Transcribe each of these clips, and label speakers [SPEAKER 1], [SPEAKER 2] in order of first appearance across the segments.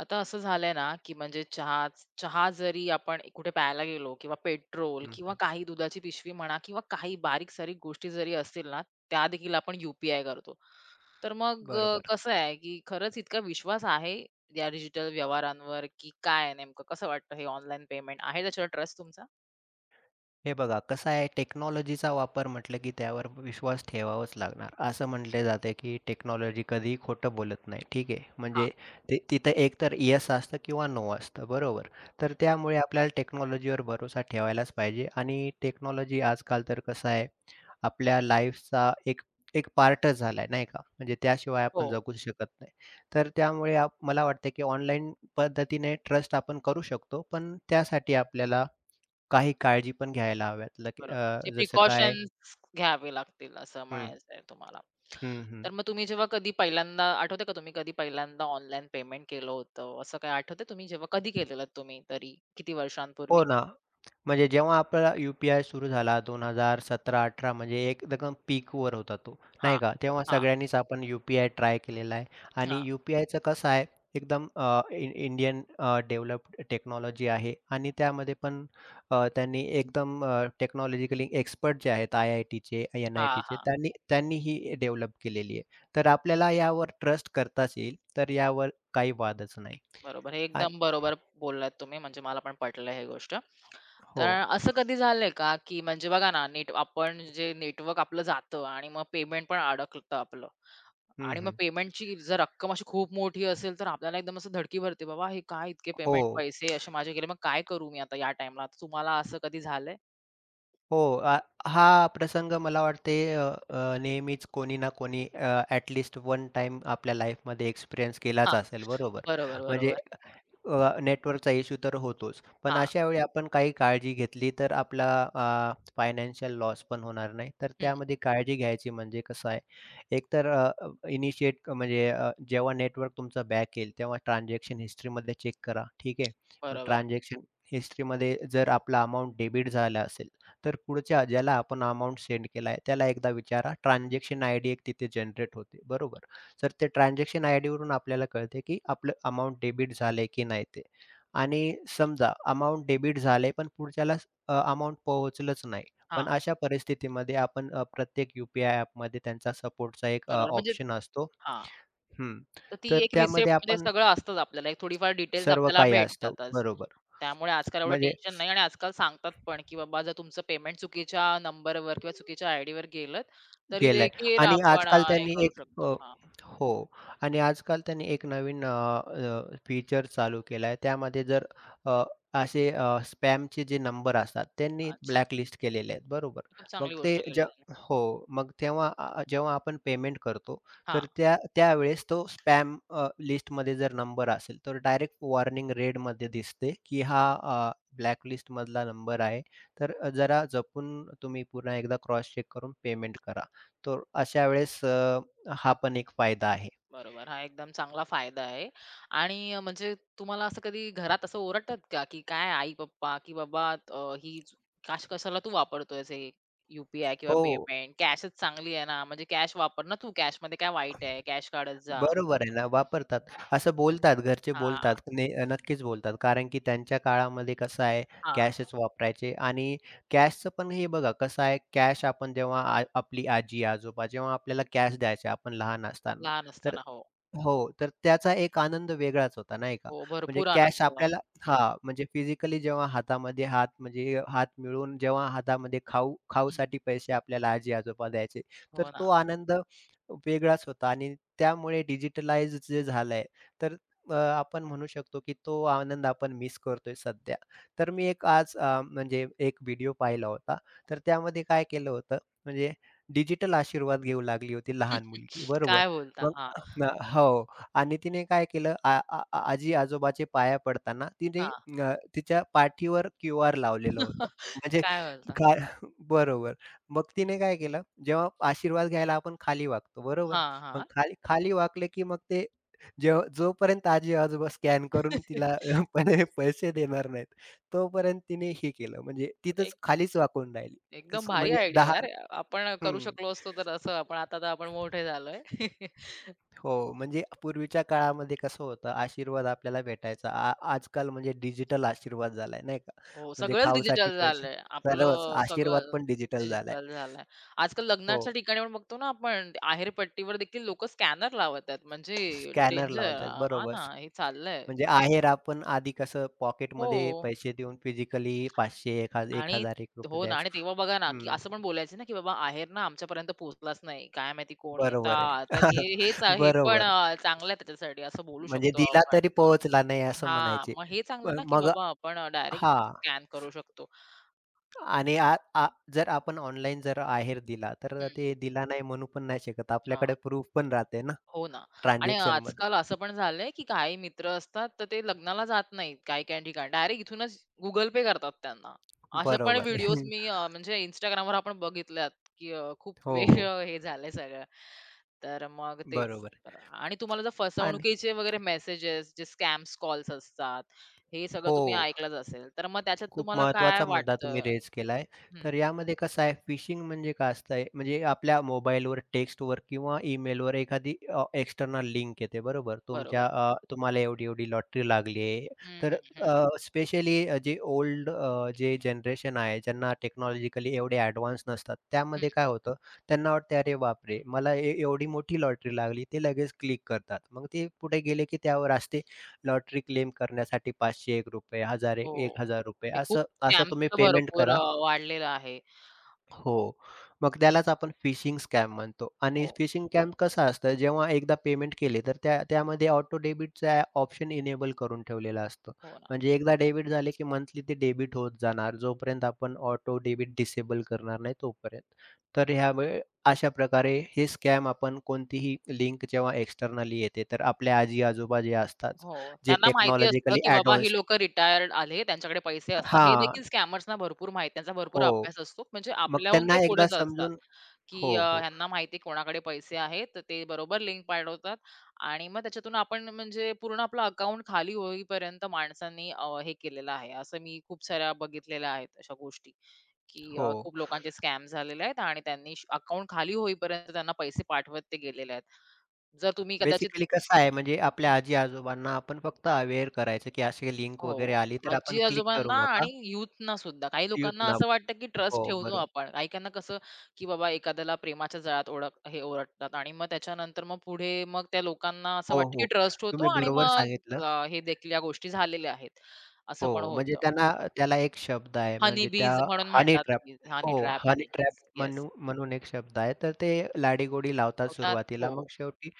[SPEAKER 1] आता असं झालंय ना, की म्हणजे चहा चहा जरी आपण कुठे प्यायला गेलो किंवा पेट्रोल
[SPEAKER 2] हं,
[SPEAKER 1] किंवा
[SPEAKER 2] हं.
[SPEAKER 1] काही दुधाची पिशवी म्हणा किंवा काही बारीक-सारीक गोष्टी जरी असतील ना, त्या देखील आपण यू-पी-आय करतो. तर मग
[SPEAKER 2] बरोबर.
[SPEAKER 1] कसं आहे, की खरंच इतका विश्वास आहे या डिजिटल व्यवहारांवर, की काय नेमकं कसं वाटतं हे ऑनलाईन पेमेंट आहे त्याच्यावर ट्रस्ट तुमचा?
[SPEAKER 2] हे बघा कसं आहे, टेक्नॉलॉजीचा वापर म्हटलं की त्यावर विश्वास ठेवावाच लागणार. असं म्हटले जाते की टेक्नॉलॉजी कधीही खोटं बोलत नाही. ठीक आहे.
[SPEAKER 1] हां.
[SPEAKER 2] म्हणजे ते तिथं एकतर येस असतं किंवा नो असतं. बरोबर. तर
[SPEAKER 1] हं.
[SPEAKER 2] त्यामुळे आपल्याला टेक्नॉलॉजीवर भरोसा ठेवायलाच पाहिजे आणि टेक्नॉलॉजी आजकाल तर कसं आहे, आपल्या लाईफचा एक एक पार्टच झालाय नाही का? म्हणजे त्याशिवाय
[SPEAKER 1] हो.
[SPEAKER 2] आपण जगूच शकत नाही. तर त्यामुळे मला वाटतं की ऑनलाईन पद्धतीने ट्रस्ट आपण करू शकतो. पण त्यासाठी आपल्याला काही काळजी पण घ्यायला हव्यात.
[SPEAKER 1] बरोबर. जे
[SPEAKER 2] जसं काय.
[SPEAKER 1] प्रिकॉशन्स घ्यावे लागतील असं
[SPEAKER 2] हं,
[SPEAKER 1] म्हणायचं आहे तुम्हाला.
[SPEAKER 2] हं, हं.
[SPEAKER 1] तर मग तुम्ही जेव्हा कधी पहिल्यांदा आठवतंय का तुम्ही कधी पहिल्यांदा ऑनलाईन पेमेंट केलं होतं? असं काही आठवतंय तुम्ही जेव्हा कधी केलेलं तुम्ही तरी? किती
[SPEAKER 2] हो
[SPEAKER 1] वर्षांपूर्वी?
[SPEAKER 2] ना. म्हणजे जेव्हा आपला यू-पी-आय सुरू झाला 2017-18, म्हणजे एकदम पीकवर होता तो,
[SPEAKER 1] हां.
[SPEAKER 2] नाही का? तेव्हा
[SPEAKER 1] हां,
[SPEAKER 2] सगळ्यांनीच आपण यू-पी-आय ट्राय केलेला आहे आणि
[SPEAKER 1] हां.
[SPEAKER 2] यू-पी-आयचं कसं आहे, एकदम इन इंडियन डेव्हलप्ड टेक्नॉलॉजी आहे आणि त्यामध्ये पण त्यांनी एकदम टेक्नॉलॉजिकली एक्सपर्ट जे आहेत, आय-आय-टीचे,
[SPEAKER 1] हां,
[SPEAKER 2] एन-आय-टीचे,
[SPEAKER 1] हां.
[SPEAKER 2] त्यांनी त्यांनी ही डेव्हलप केलेली आहे. तर आपल्याला यावर ट्रस्ट करताच येईल. तर यावर काही वादच नाही.
[SPEAKER 1] बरोबर. हे
[SPEAKER 2] आणि
[SPEAKER 1] एकदम बरोबर बोललात तुम्ही म्हणजे मला पण पटलं हे गोष्ट.
[SPEAKER 2] हो.
[SPEAKER 1] तर असं कधी झालंय का, की म्हणजे बघा ना, नेट आपण जे नेटवर्क आपलं जातं आणि मग पेमेंट पण अडकतं आपलं.
[SPEAKER 2] हं,
[SPEAKER 1] आणि मग
[SPEAKER 2] हं.
[SPEAKER 1] पेमेंटची जर रक्कम अशी खूप मोठी असेल, तर आपल्याला एकदम असं धडकी भरते, "बाबा हे काय इतके
[SPEAKER 2] हो.
[SPEAKER 1] पेमेंट पैसे असे माझे गेले, मग काय करू मी आता या टाईमला?" आता तुम्हाला असं कधी झालंय?
[SPEAKER 2] हो. अ, हा प्रसंग मला वाटते, अ, अ, नेहमीच कोणी ना कोणी वन टाइम आपल्या लाईफमध्ये एक्सपिरियन्स
[SPEAKER 1] हां.
[SPEAKER 2] केलाच असेल, बरोबर?
[SPEAKER 1] बरोबर,
[SPEAKER 2] म्हणजे
[SPEAKER 1] बरोबर.
[SPEAKER 2] नेटवर्कचा इश्यू तर होतोच. पण
[SPEAKER 1] हां.
[SPEAKER 2] अशा वेळी आपण काही काळजी घेतली तर आपला अ, फायनान्शियल लॉस पण होणार नाही. तर
[SPEAKER 1] हं.
[SPEAKER 2] त्यामध्ये काळजी घ्यायची म्हणजे कसं आहे, एकतर इनिशिएट म्हणजे जेव्हा नेटवर्क तुमचं बॅक येईल, तेव्हा ट्रान्झॅक्शन हिस्ट्रीमध्ये चेक करा, ठीक आहे? मग
[SPEAKER 1] बरोबर.
[SPEAKER 2] ट्रान्झॅक्शन हिस्ट्रीमध्ये जर आपला अमाउंट डेबिट झाला असेल, तर पुढच्या ज्याला आपण अमाउंट सेंड केलाय त्याला एकदा विचारा. ट्रान्झॅक्शन आयडी एक तिथे जनरेट होते, बरोबर? तर ते ट्रान्झॅक्शन आयडीवरून आपल्याला कळते, की आपलं अमाउंट डेबिट झालंय की नाही ते. आणि समजा अमाउंट डेबिट झालंय, पण पुढच्याला अ, पोहोचलंच नाही. पण
[SPEAKER 1] हां.
[SPEAKER 2] अशा परिस्थितीमध्ये आपण प्रत्येक ॲपमध्ये त्यांचा सपोर्टचा एक
[SPEAKER 1] बरोबर म्हणजे
[SPEAKER 2] ऑप्शन असतो.
[SPEAKER 1] हां.
[SPEAKER 2] हं.
[SPEAKER 1] तर ती
[SPEAKER 2] तर
[SPEAKER 1] एक
[SPEAKER 2] त्यामध्ये
[SPEAKER 1] रिसेप्टमध्ये
[SPEAKER 2] आपण
[SPEAKER 1] सगळं असतंच आपल्याला. एक थोडीफार डिटेल्स
[SPEAKER 2] सर्व
[SPEAKER 1] आपल्याला
[SPEAKER 2] काही असतं,
[SPEAKER 1] भेटतातच.
[SPEAKER 2] बरोबर.
[SPEAKER 1] त्यामुळे आजकाल एवढं
[SPEAKER 2] म्हणजे
[SPEAKER 1] टेन्शन नाही आणि आजकाल सांगतात पण, की बाबा जर तुमचं पेमेंट चुकीच्या नंबरवर किंवा चुकीच्या आयडीवर गेलंत, तरी
[SPEAKER 2] गेलंय
[SPEAKER 1] देखील
[SPEAKER 2] आणि
[SPEAKER 1] आपण
[SPEAKER 2] आजकाल
[SPEAKER 1] हे
[SPEAKER 2] त्यांनी
[SPEAKER 1] करू
[SPEAKER 2] एक
[SPEAKER 1] शकतो. हां.
[SPEAKER 2] हो, आणि आजकाल त्यांनी एक नवीन अ, अ, फीचर चालू केलाय. त्यामध्ये जर अ, असे स्पॅमचे जे नंबर असतात त्यांनी
[SPEAKER 1] अच्छा.
[SPEAKER 2] ब्लॅकलिस्ट केलेले आहेत, बरोबर.
[SPEAKER 1] खूप
[SPEAKER 2] मग
[SPEAKER 1] चांगली
[SPEAKER 2] ते
[SPEAKER 1] गोष्ट
[SPEAKER 2] जे
[SPEAKER 1] केलीत.
[SPEAKER 2] हो, मग तेव्हा जेव्हा आपण पेमेंट करतो, तर
[SPEAKER 1] हां.
[SPEAKER 2] त्या त्यावेळेस तो स्पॅम लिस्टमध्ये जर नंबर असेल, तर डायरेक्ट वॉर्निंग रेडमध्ये दिसते, की
[SPEAKER 1] हं.
[SPEAKER 2] हा ब्लॅकलिस्टमधला नंबर आहे. तर जरा जपून तुम्ही पुन्हा एकदा क्रॉस चेक करून पेमेंट करा. तर अशा वेळेस हा पण एक फायदा आहे.
[SPEAKER 1] बरोबर. हा एकदम चांगला फायदा आहे आणि म्हणजे तुम्हाला असं कधी घरात असं ओरडतात का, की काय आई-पप्पा, की "बाबा ही ज- काश कशाला तू वापरतोयस हे यू-पी-आय किंवा
[SPEAKER 2] हो,
[SPEAKER 1] पेमेंट? कॅशच चांगली आहे ना, म्हणजे कॅश वापर ना तू. कॅशमध्ये काय वाईट आहे? कॅश काढत जा."
[SPEAKER 2] बरोबर आहे ना, वापरतात. असं बोलतात, घरचे बोलतात.
[SPEAKER 1] हां,
[SPEAKER 2] नक्कीच बोलतात. कारण की त्यांच्या काळामध्ये कसं आहे,
[SPEAKER 1] हां.
[SPEAKER 2] कॅशच वापरायचे आणि कॅशचं पण हे बघा कसं आहे, कॅश आपण जेव्हा आपली आजी-आजोबा जेव्हा आपल्याला कॅश द्यायचे आपण लहान असताना,
[SPEAKER 1] लहान
[SPEAKER 2] तर
[SPEAKER 1] असताना. हो,
[SPEAKER 2] हो, तर त्याचा एक आनंद वेगळाच होता, नाही का?
[SPEAKER 1] हो.
[SPEAKER 2] म्हणजे
[SPEAKER 1] भरपूर
[SPEAKER 2] कॅश
[SPEAKER 1] आनंद.
[SPEAKER 2] आपल्याला
[SPEAKER 1] हं,
[SPEAKER 2] हां, म्हणजे फिजिकली जेव्हा हातामध्ये हात, म्हणजे हात मिळवून, जेव्हा हातामध्ये
[SPEAKER 1] हं.
[SPEAKER 2] खाऊसाठी पैसे आपल्याला आजी-आजोबा द्यायचे,
[SPEAKER 1] हो
[SPEAKER 2] तर तो
[SPEAKER 1] ना.
[SPEAKER 2] आनंद वेगळाच होता आणि त्यामुळे डिजिटलाइज जे झालंय, तर आपण म्हणू शकतो, की तो आनंद आपण मिस करतोय सध्या. तर मी एक आज म्हणजे एक व्हिडिओ पाहिला होता. तर त्यामध्ये काय केलं होतं, म्हणजे डिजिटल आशीर्वाद घेऊ लागली होती लहान मुलगी, बरोबर.
[SPEAKER 1] काय बोलता?
[SPEAKER 2] मग
[SPEAKER 1] हां,
[SPEAKER 2] हो, आणि तिने काय केलं, आ आ आजी-आजोबाचे पाया पडताना तिने
[SPEAKER 1] हां.
[SPEAKER 2] तिच्या पाठीवर क्यूआर लावलेलं होतं. म्हणजे
[SPEAKER 1] काय बोलता?
[SPEAKER 2] काय बरोबर. मग तिने काय केलं, जेव्हा आशीर्वाद घ्यायला आपण खाली वागतो, बरोबर?
[SPEAKER 1] हां,
[SPEAKER 2] मग
[SPEAKER 1] हां.
[SPEAKER 2] खाली खाली वाकले, की मग ते जोपर्यंत आजी-आजोबा स्कॅन करून तिला पण पैसे देणार नाहीत, तोपर्यंत तिने हे केलं, म्हणजे तिथंच
[SPEAKER 1] एक
[SPEAKER 2] खालीच वाकून राहिली.
[SPEAKER 1] एकदम
[SPEAKER 2] कसं
[SPEAKER 1] भारी
[SPEAKER 2] म्हणजे
[SPEAKER 1] आयडिया
[SPEAKER 2] 10.
[SPEAKER 1] यार. आपण करू
[SPEAKER 2] हं.
[SPEAKER 1] शकलो असतो तर असं आपण आता तर आपण मोठे झालोय.
[SPEAKER 2] हो, म्हणजे पूर्वीच्या काळामध्ये कसं होतं, आशीर्वाद आपल्याला भेटायचा. आजकाल म्हणजे डिजिटल आशीर्वाद झालाय, नाही का?
[SPEAKER 1] हो,
[SPEAKER 2] म्हणजे
[SPEAKER 1] सगळंच
[SPEAKER 2] खाऊसाठी
[SPEAKER 1] डिजिटल
[SPEAKER 2] पैसे,
[SPEAKER 1] झालंय.
[SPEAKER 2] सर्वच
[SPEAKER 1] आपलं
[SPEAKER 2] आशीर्वाद
[SPEAKER 1] सगळं
[SPEAKER 2] पण डिजिटल झालाय.
[SPEAKER 1] डिजिटल झालंय. आजकाल
[SPEAKER 2] हो.
[SPEAKER 1] लग्नाच्या ठिकाणी पण बघतो ना आपण आहेरपट्टीवर देखील लोकं स्कॅनर लावत आहेत. म्हणजे
[SPEAKER 2] स्कॅनर
[SPEAKER 1] डेंजर
[SPEAKER 2] लावतात
[SPEAKER 1] हां
[SPEAKER 2] बरोबर.
[SPEAKER 1] ना, हे चाललंय.
[SPEAKER 2] म्हणजे आहेर आपण आधी कसं
[SPEAKER 1] हो
[SPEAKER 2] पॉकेटमध्ये पैसे देऊन फिजिकली 500, 1000,
[SPEAKER 1] आणि
[SPEAKER 2] ₹1000
[SPEAKER 1] हो ना
[SPEAKER 2] द्यायचो.
[SPEAKER 1] आणि तेव्हा बघा ना, की
[SPEAKER 2] हं,
[SPEAKER 1] असं पण बोलायचे ना, की "बाबा आहेर ना आमच्यापर्यंत पोहोचलाच नाही. काय माहिती कोणी
[SPEAKER 2] बरोबर
[SPEAKER 1] आता"
[SPEAKER 2] आहे.
[SPEAKER 1] तर हे हेच आहे पण
[SPEAKER 2] बरोबर.
[SPEAKER 1] चांगलं आहे त्याच्यासाठी असं बोलू
[SPEAKER 2] म्हणजे
[SPEAKER 1] शकतो
[SPEAKER 2] दिला
[SPEAKER 1] आपण.
[SPEAKER 2] तरी पोहोचला नाही असं
[SPEAKER 1] हां,
[SPEAKER 2] म्हणायचे.
[SPEAKER 1] मग हे चांगलं
[SPEAKER 2] पण
[SPEAKER 1] ना, की
[SPEAKER 2] मग
[SPEAKER 1] बाबा आपण डायरेक्ट
[SPEAKER 2] हां.
[SPEAKER 1] स्कॅन करू शकतो.
[SPEAKER 2] आणि आ आ जर आपण ऑनलाईन जर आहेर दिला, तर
[SPEAKER 1] हं.
[SPEAKER 2] ते दिला नाही म्हणू पण नाही शकत.
[SPEAKER 1] हां.
[SPEAKER 2] आपल्याकडे प्रूफ पण राहते ना
[SPEAKER 1] हो ना आणि
[SPEAKER 2] ट्रान्झॅक्शनमध्ये.
[SPEAKER 1] आजकाल असं पण झालंय, की काही मित्र असतात, तर ते लग्नाला जात नाहीत काही-काही ठिकाणी. डायरेक्ट इथूनच Google Pay करतात त्यांना. असे पण
[SPEAKER 2] बरोबर
[SPEAKER 1] व्हिडिओज
[SPEAKER 2] आहे.
[SPEAKER 1] मी म्हणजे Instagramवर आपण बघितल्यात, की खूप
[SPEAKER 2] हो,
[SPEAKER 1] वेगळं
[SPEAKER 2] हो.
[SPEAKER 1] हे झालंय सगळं. तर मग तेच.
[SPEAKER 2] बरोबर.
[SPEAKER 1] तर आणि तुम्हाला जर
[SPEAKER 2] आणि
[SPEAKER 1] फसवणुकीचे वगैरे मेसेजेस, जे स्कॅम्स कॉल्स असतात, हे सगळं
[SPEAKER 2] हो.
[SPEAKER 1] तुम्ही ऐकलंच असेल. तर मग त्याच्यात
[SPEAKER 2] खूप
[SPEAKER 1] तुम्हाला काय
[SPEAKER 2] महत्त्वाचा मुद्दा तुम्ही
[SPEAKER 1] वाटतं?
[SPEAKER 2] रेज केलाय.
[SPEAKER 1] हं,
[SPEAKER 2] तर यामध्ये कसं आहे, फिशिंग म्हणजे काय असतंय, म्हणजे आपल्या मोबाईलवर, टेक्स्टवर किंवा ईमेलवर एखादी एक्स्टर्नल लिंक येते, बरोबर?
[SPEAKER 1] बरोबर.
[SPEAKER 2] तुम्हाला एवढी-एवढी लॉटरी लागली आहे.
[SPEAKER 1] हं,
[SPEAKER 2] तर
[SPEAKER 1] हं, हं,
[SPEAKER 2] स्पेशली जे ओल्ड जे जनरेशन आहे, ज्यांना टेक्नॉलॉजिकली एवढे ॲडव्हान्स नसतात,
[SPEAKER 1] हं.
[SPEAKER 2] त्यामध्ये काय होतं, त्यांना वाटते, "अरे बापरे! मला एवढी मोठी लॉटरी लागली." ते लगेच क्लिक करतात. मग ते पुढे गेले की त्यावर असते, लॉटरी क्लेम करण्यासाठी ₹501, ₹1000,
[SPEAKER 1] हो.
[SPEAKER 2] ₹1000
[SPEAKER 1] ते खूप
[SPEAKER 2] असं, असं
[SPEAKER 1] स्कॅमचं
[SPEAKER 2] तुम्ही
[SPEAKER 1] तर
[SPEAKER 2] पेमेंट
[SPEAKER 1] भरपूर
[SPEAKER 2] करा.
[SPEAKER 1] वाढलेलं आहे.
[SPEAKER 2] हो. मग त्यालाच आपण फिशिंग स्कॅम म्हणतो आणि
[SPEAKER 1] हो,
[SPEAKER 2] फिशिंग स्कॅम कसं असतं, जेव्हा एकदा पेमेंट केले, तर त्यामध्ये ऑटो डेबिटचा ऑप्शन इनेबल करून ठेवलेला असतो.
[SPEAKER 1] हो ना.
[SPEAKER 2] म्हणजे एकदा डेबिट झाले, की मंथली ते डेबिट होत जाणार, जोपर्यंत आपण ऑटो डेबिट डिसेबल करणार नाही तोपर्यंत. तर ह्यामुळे अशा प्रकारे हे स्कॅम, आपण कोणतीही लिंक जेव्हा एक्सटर्नली येते, तर आपले आजी-आजोबा जे असतात,
[SPEAKER 1] हो.
[SPEAKER 2] जे
[SPEAKER 1] त्यांना माहिती असतं,
[SPEAKER 2] टेक्नॉलॉजिकली
[SPEAKER 1] की बाबा ही
[SPEAKER 2] ॲडव्हान्स्ड.
[SPEAKER 1] लोकं रिटायर्ड आले, त्यांच्याकडे पैसे असणार. हे
[SPEAKER 2] हां.
[SPEAKER 1] देखील स्कॅमर्सना भरपूर माहिती त्यांचा भरपूर
[SPEAKER 2] हो.
[SPEAKER 1] अभ्यास असतो. म्हणजे
[SPEAKER 2] मग
[SPEAKER 1] आपल्याहून ते
[SPEAKER 2] त्यांना एकदा
[SPEAKER 1] पुढेच असतात,
[SPEAKER 2] समजून
[SPEAKER 1] की
[SPEAKER 2] हो, हो,
[SPEAKER 1] ह्यांना माहिती कोणाकडे पैसे आहेत. तर ते बरोबर लिंक पाठवतात आणि मग त्याच्यातून आपण म्हणजे पूर्ण आपलं अकाउंट खाली होईपर्यंत माणसांनी हे केलेलं आहे. असं मी खूप साऱ्या बघितलेल्या आहेत अशा गोष्टी. की
[SPEAKER 2] हो.
[SPEAKER 1] खूप लोकांचे स्कॅम झालेले आहेत आणि त्यांनी श अकाउंट खाली होईपर्यंत त्यांना पैसे पाठवत ते गेलेले आहेत. जर तुम्ही कदाचित
[SPEAKER 2] बेसिकली कसं आहे, म्हणजे आपल्या
[SPEAKER 1] हं,
[SPEAKER 2] आजी-आजोबांना आपण फक्त अवेअर करायचं, की अशी लिंक
[SPEAKER 1] हो.
[SPEAKER 2] वगैरे आली तर आपण क्लिक करू
[SPEAKER 1] आजी-आजोबांना
[SPEAKER 2] नका,
[SPEAKER 1] आणि यूथना सुद्धा. काही
[SPEAKER 2] येऊत
[SPEAKER 1] लोकांना
[SPEAKER 2] ना.
[SPEAKER 1] असं वाटतं की
[SPEAKER 2] हो,
[SPEAKER 1] ट्रस्ट ठेवतो
[SPEAKER 2] बरोबर.
[SPEAKER 1] आपण. काहीकाहींना कसं की बाबा एखाद्याला प्रेमाच्या जाळ्यात ओढक हे ओरडतात आणि मग त्याच्यानंतर मग पुढे मग त्या लोकांना असं
[SPEAKER 2] हो,
[SPEAKER 1] वाटतं की
[SPEAKER 2] हो.
[SPEAKER 1] ट्रस्ट होतो
[SPEAKER 2] तुम्ही
[SPEAKER 1] आणि
[SPEAKER 2] बरोबर
[SPEAKER 1] मग
[SPEAKER 2] सांगितलं.
[SPEAKER 1] हे देखील या गोष्टी झालेल्या आहेत. असं पण
[SPEAKER 2] हो, म्हणजे
[SPEAKER 1] होतं.
[SPEAKER 2] त्यांना, त्याला एक शब्द आहे,
[SPEAKER 1] हनी
[SPEAKER 2] म्हणजे त्या
[SPEAKER 1] बीज म्हणून
[SPEAKER 2] हनी
[SPEAKER 1] म्हणतात ते
[SPEAKER 2] ट्रॅप.
[SPEAKER 1] बीज. हनी
[SPEAKER 2] हो,
[SPEAKER 1] ट्रॅप,
[SPEAKER 2] हनी
[SPEAKER 1] हनी
[SPEAKER 2] ट्रॅप
[SPEAKER 1] बीज. येस
[SPEAKER 2] म्हणून एक शब्द आहे. तर ते लाडी-गोडी लावतात
[SPEAKER 1] होतात.
[SPEAKER 2] सुरुवातीला.
[SPEAKER 1] हो.
[SPEAKER 2] मग शेवटी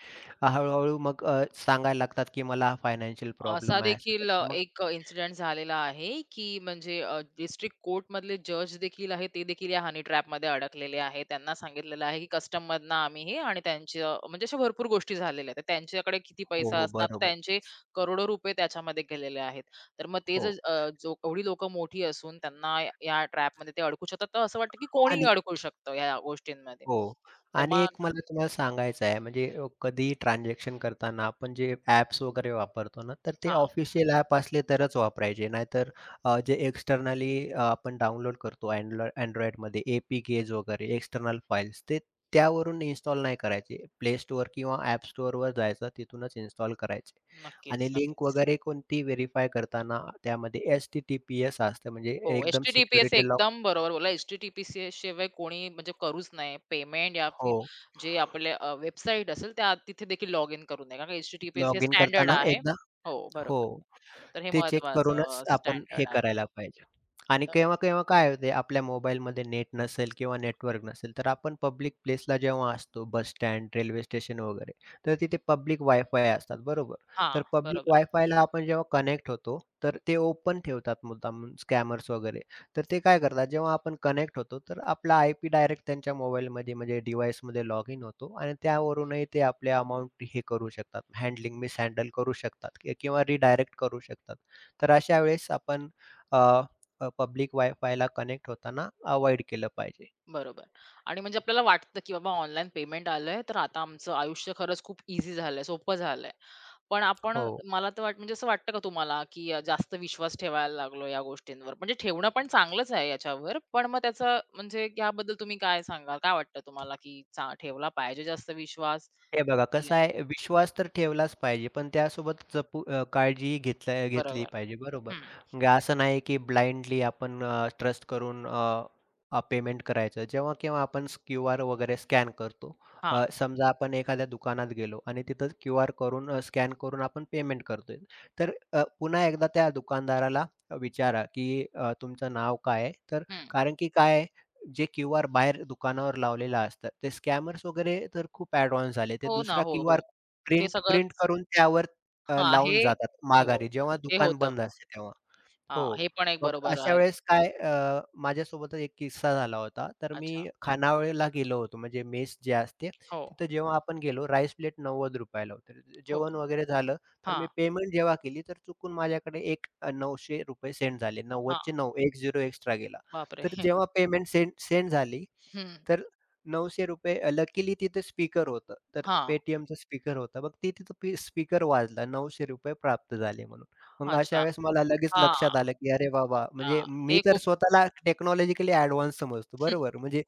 [SPEAKER 2] हळू मग सांगायला लागतात, की मला फायनान्शियल
[SPEAKER 1] असा
[SPEAKER 2] प्रॉब्लेम आहे असं
[SPEAKER 1] देखील
[SPEAKER 2] तसं. मग
[SPEAKER 1] एक इन्सिडेंट झालेला आहे, की म्हणजे कोर्टमधले जज देखील आहेत, ते देखील या हनी ट्रॅपमध्ये अडकलेले आहे त्यांना सांगितलेलं आहे, की कस्टममधनं आम्ही हे आणि त्यांच्या म्हणजे अशा भरपूर गोष्टी झालेल्या आहेत. तर त्यांच्याकडे किती
[SPEAKER 2] हो,
[SPEAKER 1] पैसा
[SPEAKER 2] हो,
[SPEAKER 1] असणार, तर
[SPEAKER 2] बरोबर.
[SPEAKER 1] त्यांचे करोडो रुपये त्याच्यामध्ये गेलेले आहेत. तर मग ते जर
[SPEAKER 2] हो
[SPEAKER 1] जो एवढी लोकं मोठी असून त्यांना या ट्रॅपमध्ये ते अडकू शकतात, तर असं वाटतं, की कोणीही
[SPEAKER 2] आणि
[SPEAKER 1] अडकू शकतं या गोष्टींमध्ये.
[SPEAKER 2] हो.
[SPEAKER 1] तर
[SPEAKER 2] आणि एक
[SPEAKER 1] मग
[SPEAKER 2] मला तुम्हाला सांगायचं आहे, म्हणजे कधीही ट्रान्झॅक्शन करताना आपण जे ॲप्स वगैरे वापरतो ना, तर ते
[SPEAKER 1] हां,
[SPEAKER 2] ऑफिशियल ॲप असले तरच वापरायचे. नाहीतर जे एक्स्टर्नली आपण डाउनलोड करतो Androidमध्ये ए-पी-केज वगैरे एक्स्टर्नल फाइल्स, ते त्यावरून इन्स्टॉल नाही करायचे. प्ले स्टोअर किंवा ॲप स्टोअरवर जायचं, तिथूनच इन्स्टॉल करायचे.
[SPEAKER 1] नक्कीच,
[SPEAKER 2] आणि लिंक
[SPEAKER 1] नक्कीच.
[SPEAKER 2] वगैरे कोणती व्हेरिफाय करताना, त्यामध्ये एच-टी-टी-पी-एस असतं, म्हणजे
[SPEAKER 1] हो,
[SPEAKER 2] एकदम
[SPEAKER 1] एच-टी-टी-पी-एस
[SPEAKER 2] सिक्युरिटी लॉक.
[SPEAKER 1] एकदम बरोबर बोलला. एच टी टी पी शिवाय कोणी म्हणजे करूच नाही. पेमेंट या फिर
[SPEAKER 2] हो.
[SPEAKER 1] जे आपले वेबसाईट असेल त्या तिथे देखील लॉग इन करू नये. कारण एच-टी-टी-पी-एस हे
[SPEAKER 2] लॉगिन
[SPEAKER 1] स्टँडर्ड
[SPEAKER 2] करताना
[SPEAKER 1] आहे.
[SPEAKER 2] एकदा
[SPEAKER 1] हो,
[SPEAKER 2] हो.
[SPEAKER 1] बरोबर. तर हे
[SPEAKER 2] ते चेक करूनच
[SPEAKER 1] महत्वाचं
[SPEAKER 2] आपण हे
[SPEAKER 1] स्टँडर्ड आहे.
[SPEAKER 2] करायला पाहिजे. आणि
[SPEAKER 1] बरोबर.
[SPEAKER 2] केव्हा-केव्हा काय होते, आपल्या मोबाईलमध्ये नेट नसेल किंवा नेटवर्क नसेल, तर आपण पब्लिक प्लेसला जेव्हा असतो, बस स्टँड, रेल्वे स्टेशन वगैरे, तर तिथे पब्लिक वाय-फाय असतात बरोबर. तर
[SPEAKER 1] हां,
[SPEAKER 2] पब्लिक
[SPEAKER 1] बरोबर.
[SPEAKER 2] वाय-फायला आपण जेव्हा कनेक्ट होतो, तर ते ओपन ठेवतात मुद्दामून स्कॅमर्स वगैरे. तर ते काय करतात, जेव्हा आपण कनेक्ट होतो, तर आपला आय-पी डायरेक्ट त्यांच्या मोबाईलमध्ये म्हणजे डिव्हाइसमध्ये लॉग इन होतो आणि त्यावरूनही ते आपले अमाउंट हे करू शकतात, हँडलिंग मिसहँडल करू शकतात, किंवा रिडायरेक्ट करू शकतात. तर अशा वेळेस आपण अ, अ, पब्लिक वायफायला कनेक्ट होताना अव्हॉइड केलं पाहिजे.
[SPEAKER 1] बरोबर. आणि म्हणजे आपल्याला वाटतं, की बाबा ऑनलाईन पेमेंट आलंय, तर आता आमचं आयुष्य खरंच खूप ईझी झालंय, सोपं झालंय. पण आपण
[SPEAKER 2] हो.
[SPEAKER 1] मला तर वाट म्हणजे असं वाटतं का तुम्हाला, की जास्त विश्वास ठेवायला लागलो या गोष्टींवर? म्हणजे ठेवणं पण चांगलंच आहे याच्यावर, पण मग त्याचं म्हणजे याबद्दल तुम्ही काय सांगाल? काय वाटतं तुम्हाला, की चा ठेवला पाहिजे जास्त विश्वास?
[SPEAKER 2] हे बघा
[SPEAKER 1] की
[SPEAKER 2] कसं आहे, विश्वास तर ठेवलाच पाहिजे, पण त्यासोबत काळजीही घेतली
[SPEAKER 1] बरोबर.
[SPEAKER 2] पाहिजे बरोबर.
[SPEAKER 1] हं.
[SPEAKER 2] म्हणजे असं नाही की ब्लाइंडली आपण ट्रस्ट करून अ, अ, पेमेंट करायचं. जेव्हा केव्हा आपण क्यूआर वगैरे स्कॅन करतो.
[SPEAKER 1] हां.
[SPEAKER 2] समजा आपण एखाद्या दुकानात गेलो आणि तिथं क्यूआर करून स्कॅन करून आपण पेमेंट करतोय. तर पुन्हा एकदा त्या दुकानदाराला विचारा की तुमचं नाव काय आहे? तर
[SPEAKER 1] हं.
[SPEAKER 2] कारण की काय, जे क्यूआर बाहेर दुकानावर लावलेलं असतं, ते स्कॅमर्स वगैरे तर खूप एडव्हान्स झाले. ते
[SPEAKER 1] हो ना.
[SPEAKER 2] दुसरा
[SPEAKER 1] हो, हो.
[SPEAKER 2] क्यूआर
[SPEAKER 1] ते
[SPEAKER 2] प्रिंट प्रिंट
[SPEAKER 1] सगळंच
[SPEAKER 2] करून त्यावर
[SPEAKER 1] हां, हे
[SPEAKER 2] लावून जातात
[SPEAKER 1] हे हो.
[SPEAKER 2] माघारी, जेव्हा
[SPEAKER 1] हे
[SPEAKER 2] दुकान
[SPEAKER 1] होतं.
[SPEAKER 2] बंद असते तेव्हा. हो.
[SPEAKER 1] हां, हे पण एक
[SPEAKER 2] मग
[SPEAKER 1] बरोबर
[SPEAKER 2] अशा
[SPEAKER 1] आहे.
[SPEAKER 2] वेळेस काय, माझ्यासोबतच एक किस्सा झाला होता. तर मी
[SPEAKER 1] अच्छा.
[SPEAKER 2] खानावळीला गेलो होतो, म्हणजे मेस जे असते,
[SPEAKER 1] हो.
[SPEAKER 2] तिथं जेव्हा आपण गेलो, राईस प्लेट ₹90 ला होती.
[SPEAKER 1] हो.
[SPEAKER 2] जेवण वगैरे झालं, तर मी
[SPEAKER 1] हां.
[SPEAKER 2] पेमेंट जेव्हा केली, तर चुकून माझ्याकडे एक ₹900 सेंड झाले.
[SPEAKER 1] हा
[SPEAKER 2] 90 चे एक झिरो एक्स्ट्रा गेला. तर
[SPEAKER 1] बापरे!
[SPEAKER 2] जेव्हा पेमेंट सेंड सेंड झाली,
[SPEAKER 1] हं,
[SPEAKER 2] तर ₹900 लकीली तिथं स्पीकर होतं. तर
[SPEAKER 1] हां,
[SPEAKER 2] Paytmचं स्पीकर होतं. मग ते तिथं स्पीकर वाजला ₹900 प्राप्त झाले म्हणून. मग अशा
[SPEAKER 1] अच्छा.
[SPEAKER 2] वेळेस मला लगेच
[SPEAKER 1] हां,
[SPEAKER 2] लक्षात आलं, की अरे बाबा,
[SPEAKER 1] हां,
[SPEAKER 2] म्हणजे मी
[SPEAKER 1] हे
[SPEAKER 2] तर
[SPEAKER 1] खूप
[SPEAKER 2] स्वतःला टेक्नॉलॉजिकली ॲडव्हान्स समजतो, बरोबर. म्हणजे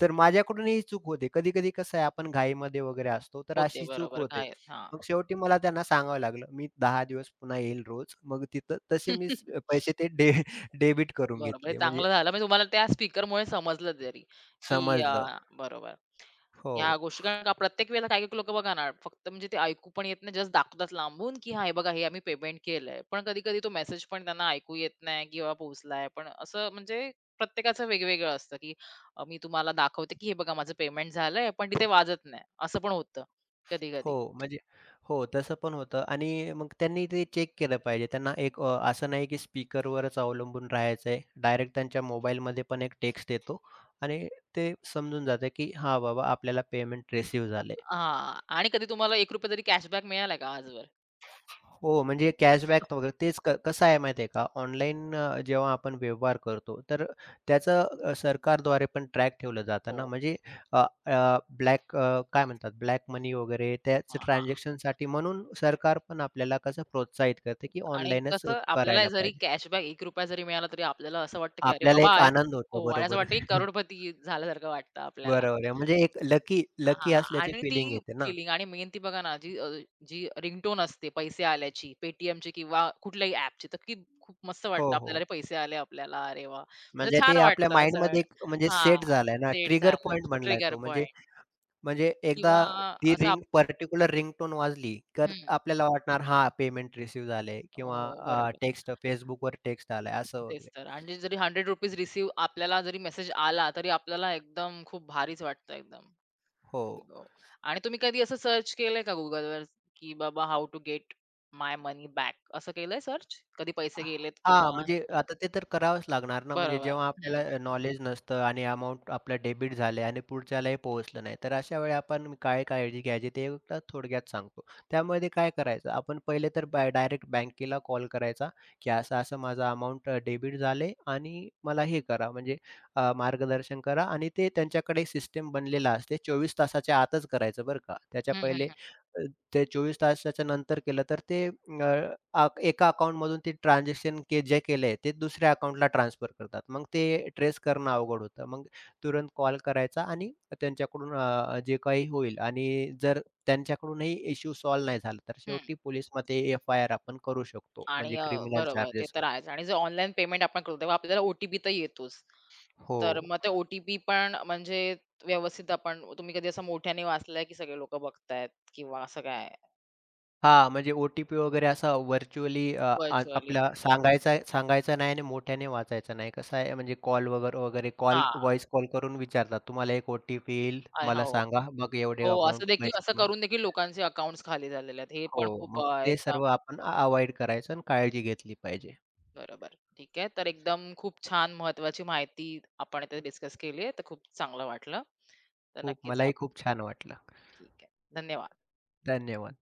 [SPEAKER 2] तर माझ्याकडून ही चूक होते. कधी-कधी कसं आहे, आपण घाईमध्ये वगैरे असतो, तर
[SPEAKER 1] होते
[SPEAKER 2] अशी चूक
[SPEAKER 1] बरोबर
[SPEAKER 2] होते.
[SPEAKER 1] घायल. हां.
[SPEAKER 2] मग शेवटी मला त्यांना सांगावं लागलं, "मी 10 दिवस पुन्हा येईल रोज." मग तिथं तसे मी पैसे ते डेबिट करून
[SPEAKER 1] बरोबर, हे
[SPEAKER 2] घेतले, म्हणजे
[SPEAKER 1] चांगलं झालं म्हणजे तुम्हाला त्या स्पीकरमुळे समजलं तरी, की
[SPEAKER 2] समजलं.
[SPEAKER 1] बरोबर. ह्या
[SPEAKER 2] हो.
[SPEAKER 1] गोष्टी कारण का प्रत्येक वेळेला काही लोकं बघा ना, फक्त म्हणजे ते ऐकू पण येत नाही, जस्ट दाखवतात लांबून, की "हां, हे बघा हे आम्ही पेमेंट केलंय." पण कधी-कधी तो मेसेज पण त्यांना ऐकू येत नाही किंवा पोहोचलाय. पण असं म्हणजे प्रत्येकाचं वेगवेगळं असतं, की मी तुम्हाला दाखवते, की "हे बघा माझं पेमेंट झालंय," पण तिथे वाजत नाही. असं पण होतं
[SPEAKER 2] हो,
[SPEAKER 1] कधी-कधी.
[SPEAKER 2] म्हणजे हो, तसं पण होतं आणि मग त्यांनी ते चेक केलं पाहिजे. त्यांना एक असं नाही की स्पीकरवरच अवलंबून राहायचं आहे. डायरेक्ट त्यांच्या मोबाईलमध्ये पण एक टेक्स्ट येतो आणि ते समजून जातं की हां, बाबा, आपल्याला पेमेंट रिसीव्ह झालं आहे.
[SPEAKER 1] हां. आणि कधी तुम्हाला ₹1 तरी कॅशबॅक मिळालाय का आजवर?
[SPEAKER 2] हो, म्हणजे कॅशबॅक वगैरे तेच कसं आहे माहिती आहे का, ऑनलाईन जेव्हा आपण व्यवहार करतो, तर त्याचं सरकारद्वारे पण ट्रॅक ठेवलं जातं
[SPEAKER 1] हो.
[SPEAKER 2] ना. म्हणजे अ, अ, ब्लॅक काय म्हणतात, ब्लॅक मनी वगैरे, त्याच
[SPEAKER 1] हां, हां.
[SPEAKER 2] ट्रान्झॅक्शनसाठी म्हणून सरकार पण आपल्याला कसं प्रोत्साहित करते, की
[SPEAKER 1] आणि
[SPEAKER 2] ऑनलाईनच
[SPEAKER 1] कसं आपल्याला
[SPEAKER 2] करायला
[SPEAKER 1] जरी
[SPEAKER 2] पाहिजे.
[SPEAKER 1] कॅशबॅक ₹1 जरी मिळाला तरी आपल्याला असं वाटतं, की अरे
[SPEAKER 2] आपल्याला एक
[SPEAKER 1] बाबा एक-
[SPEAKER 2] आनंद होतो.
[SPEAKER 1] हो आणि असं
[SPEAKER 2] बरोबर.
[SPEAKER 1] वाटतं, की करोडपती झाल्यासारखं वाटतं आपल्याला.
[SPEAKER 2] बरोबर आहे. म्हणजे एक लकी लकी
[SPEAKER 1] हां.
[SPEAKER 2] असल्याची
[SPEAKER 1] आणि ती
[SPEAKER 2] फीलिंग येते ना.
[SPEAKER 1] फीलिंग आणि मेन ती बघा ना जी जी रिंगटोन असते पैसे आल्याची Paytmची किंवा कुठल्याही ॲपची तर ती खूप मस्त
[SPEAKER 2] हो,
[SPEAKER 1] वाटतं आपल्याला. अरे
[SPEAKER 2] हो.
[SPEAKER 1] पैसे आले आपल्याला. अरे वाह! म्हणजे
[SPEAKER 2] म्हणजे
[SPEAKER 1] छान
[SPEAKER 2] ते आपल्या
[SPEAKER 1] वाटतं असं.
[SPEAKER 2] माइंडमध्ये एक, म्हणजे
[SPEAKER 1] हां.
[SPEAKER 2] सेट झालाय ना,
[SPEAKER 1] सेट
[SPEAKER 2] ट्रिगर
[SPEAKER 1] झालं.
[SPEAKER 2] पॉइंट बनलाय
[SPEAKER 1] ट्रिगर
[SPEAKER 2] तो. म्हणजे
[SPEAKER 1] पॉइंट
[SPEAKER 2] म्हणजे एकदा
[SPEAKER 1] किंवा
[SPEAKER 2] ती
[SPEAKER 1] असं आप
[SPEAKER 2] पर्टिक्युलर रिंगटोन वाजली, तर
[SPEAKER 1] हं.
[SPEAKER 2] आपल्याला वाटणार हां, पेमेंट रिसीव्ह झाले किंवा
[SPEAKER 1] हो, बरोबर.
[SPEAKER 2] Facebookवर टेक्स्ट आलाय असं
[SPEAKER 1] तेच
[SPEAKER 2] वगैरे.
[SPEAKER 1] तर आणि जे जरी ₹100 रिसीव्ह आपल्याला जरी मेसेज आला, तरी आपल्याला एकदम खूप भारीच वाटतं एकदम.
[SPEAKER 2] हो.
[SPEAKER 1] हो. आणि तुम्ही कधी असं सर्च केलंय का Googleवर, की बाबा how to get my money back असं केलंय सर्च? कधी पैसे गेलेत
[SPEAKER 2] हां,
[SPEAKER 1] किंवा
[SPEAKER 2] म्हणजे आता ते तर करावंच लागणार ना, म्हणजे
[SPEAKER 1] बरोबर.
[SPEAKER 2] जेव्हा
[SPEAKER 1] हं.
[SPEAKER 2] आपल्याला नॉलेज नसतं आणि अमाउंट आपलं डेबिट झालंय आणि पुढच्यालाही पोहोचलं नाही, तर अशा वेळी आपण काय काळजी घ्यायची ते एकदा थोडक्यात सांगतो. त्यामध्ये काय करायचं, आपण पहिले तर डायरेक्ट बँकेला कॉल करायचा, की असं-असं माझं अमाउंट डेबिट झालंय आणि मला हे करा, म्हणजे मार्गदर्शन करा, आणि ते त्यांच्याकडे सिस्टम बनलेला असते. 24 तासाच्या आतच करायचं बरं का. त्याच्या
[SPEAKER 1] हं, हं,
[SPEAKER 2] पहिले,
[SPEAKER 1] हं,
[SPEAKER 2] ते 24 तासाच्या नंतर केलं तर ते अ, आ एका अकाउंटमधून ते ट्रान्झॅक्शन जे केलंय ते दुसऱ्या अकाउंटला ट्रान्सफर करतात. मग ते ट्रेस करणं अवघड होतं. मग तुरंत कॉल करायचा आणि त्यांच्याकडून जे काही होईल, आणि जर त्यांच्याकडूनही इश्यू सॉल्व्ह नाही झाला, तर
[SPEAKER 1] हं.
[SPEAKER 2] शेवटी पोलिसमध्ये एफ-आय-आर आपण करू शकतो.
[SPEAKER 1] आणि
[SPEAKER 2] म्हणजे क्रिमिनल
[SPEAKER 1] बरोबर ते
[SPEAKER 2] चार्जेसवर.
[SPEAKER 1] तर आहेच आणि जे ऑनलाईन पेमेंट आपण करतो तेव्हा आपल्याला ओ तर येतोच.
[SPEAKER 2] हो.
[SPEAKER 1] तर मग ते ओ पण म्हणजे व्यवस्थित आपण तुम्ही कधी असं मोठ्याने वाचलंय, की सगळे लोकं बघतायत किंवा असं काय
[SPEAKER 2] हां, म्हणजे ओ-टी-पी वगैरे असा व्हर्चुअली अ, आ
[SPEAKER 1] व्हर्चुअली?
[SPEAKER 2] आपला सांगायचा सांगायचा नाही आणि मोठ्याने वाचायचा नाही. कसं आहे, म्हणजे कॉल वगैरे वगैरे, कॉल,
[SPEAKER 1] हां.
[SPEAKER 2] व्हॉईस कॉल करून विचारतात, "तुम्हाला एक ओ-टी-पी येईल,
[SPEAKER 1] आय
[SPEAKER 2] मला
[SPEAKER 1] हो.
[SPEAKER 2] सांगा, मग एवढे
[SPEAKER 1] हो,
[SPEAKER 2] अमाउंट
[SPEAKER 1] असं देखील
[SPEAKER 2] पैसे
[SPEAKER 1] असं
[SPEAKER 2] तुम्हाला."
[SPEAKER 1] करून देखील लोकांचे अकाउंट्स खाली झालेले आहेत. हे
[SPEAKER 2] हो,
[SPEAKER 1] पण खूप
[SPEAKER 2] मग ते
[SPEAKER 1] एकदम
[SPEAKER 2] सर्व आपण अव्हॉइड करायचं आणि काळजी घेतली पाहिजे.
[SPEAKER 1] बरोबर. ठीक आहे. तर एकदम खूप छान महत्वाची माहिती आपण इथे डिस्कस केली आहे. तर खूप चांगलं वाटलं. तर नक्कीच
[SPEAKER 2] मलाही
[SPEAKER 1] आप
[SPEAKER 2] खूप छान वाटलं.
[SPEAKER 1] ठीक आहे. धन्यवाद.
[SPEAKER 2] धन्यवाद.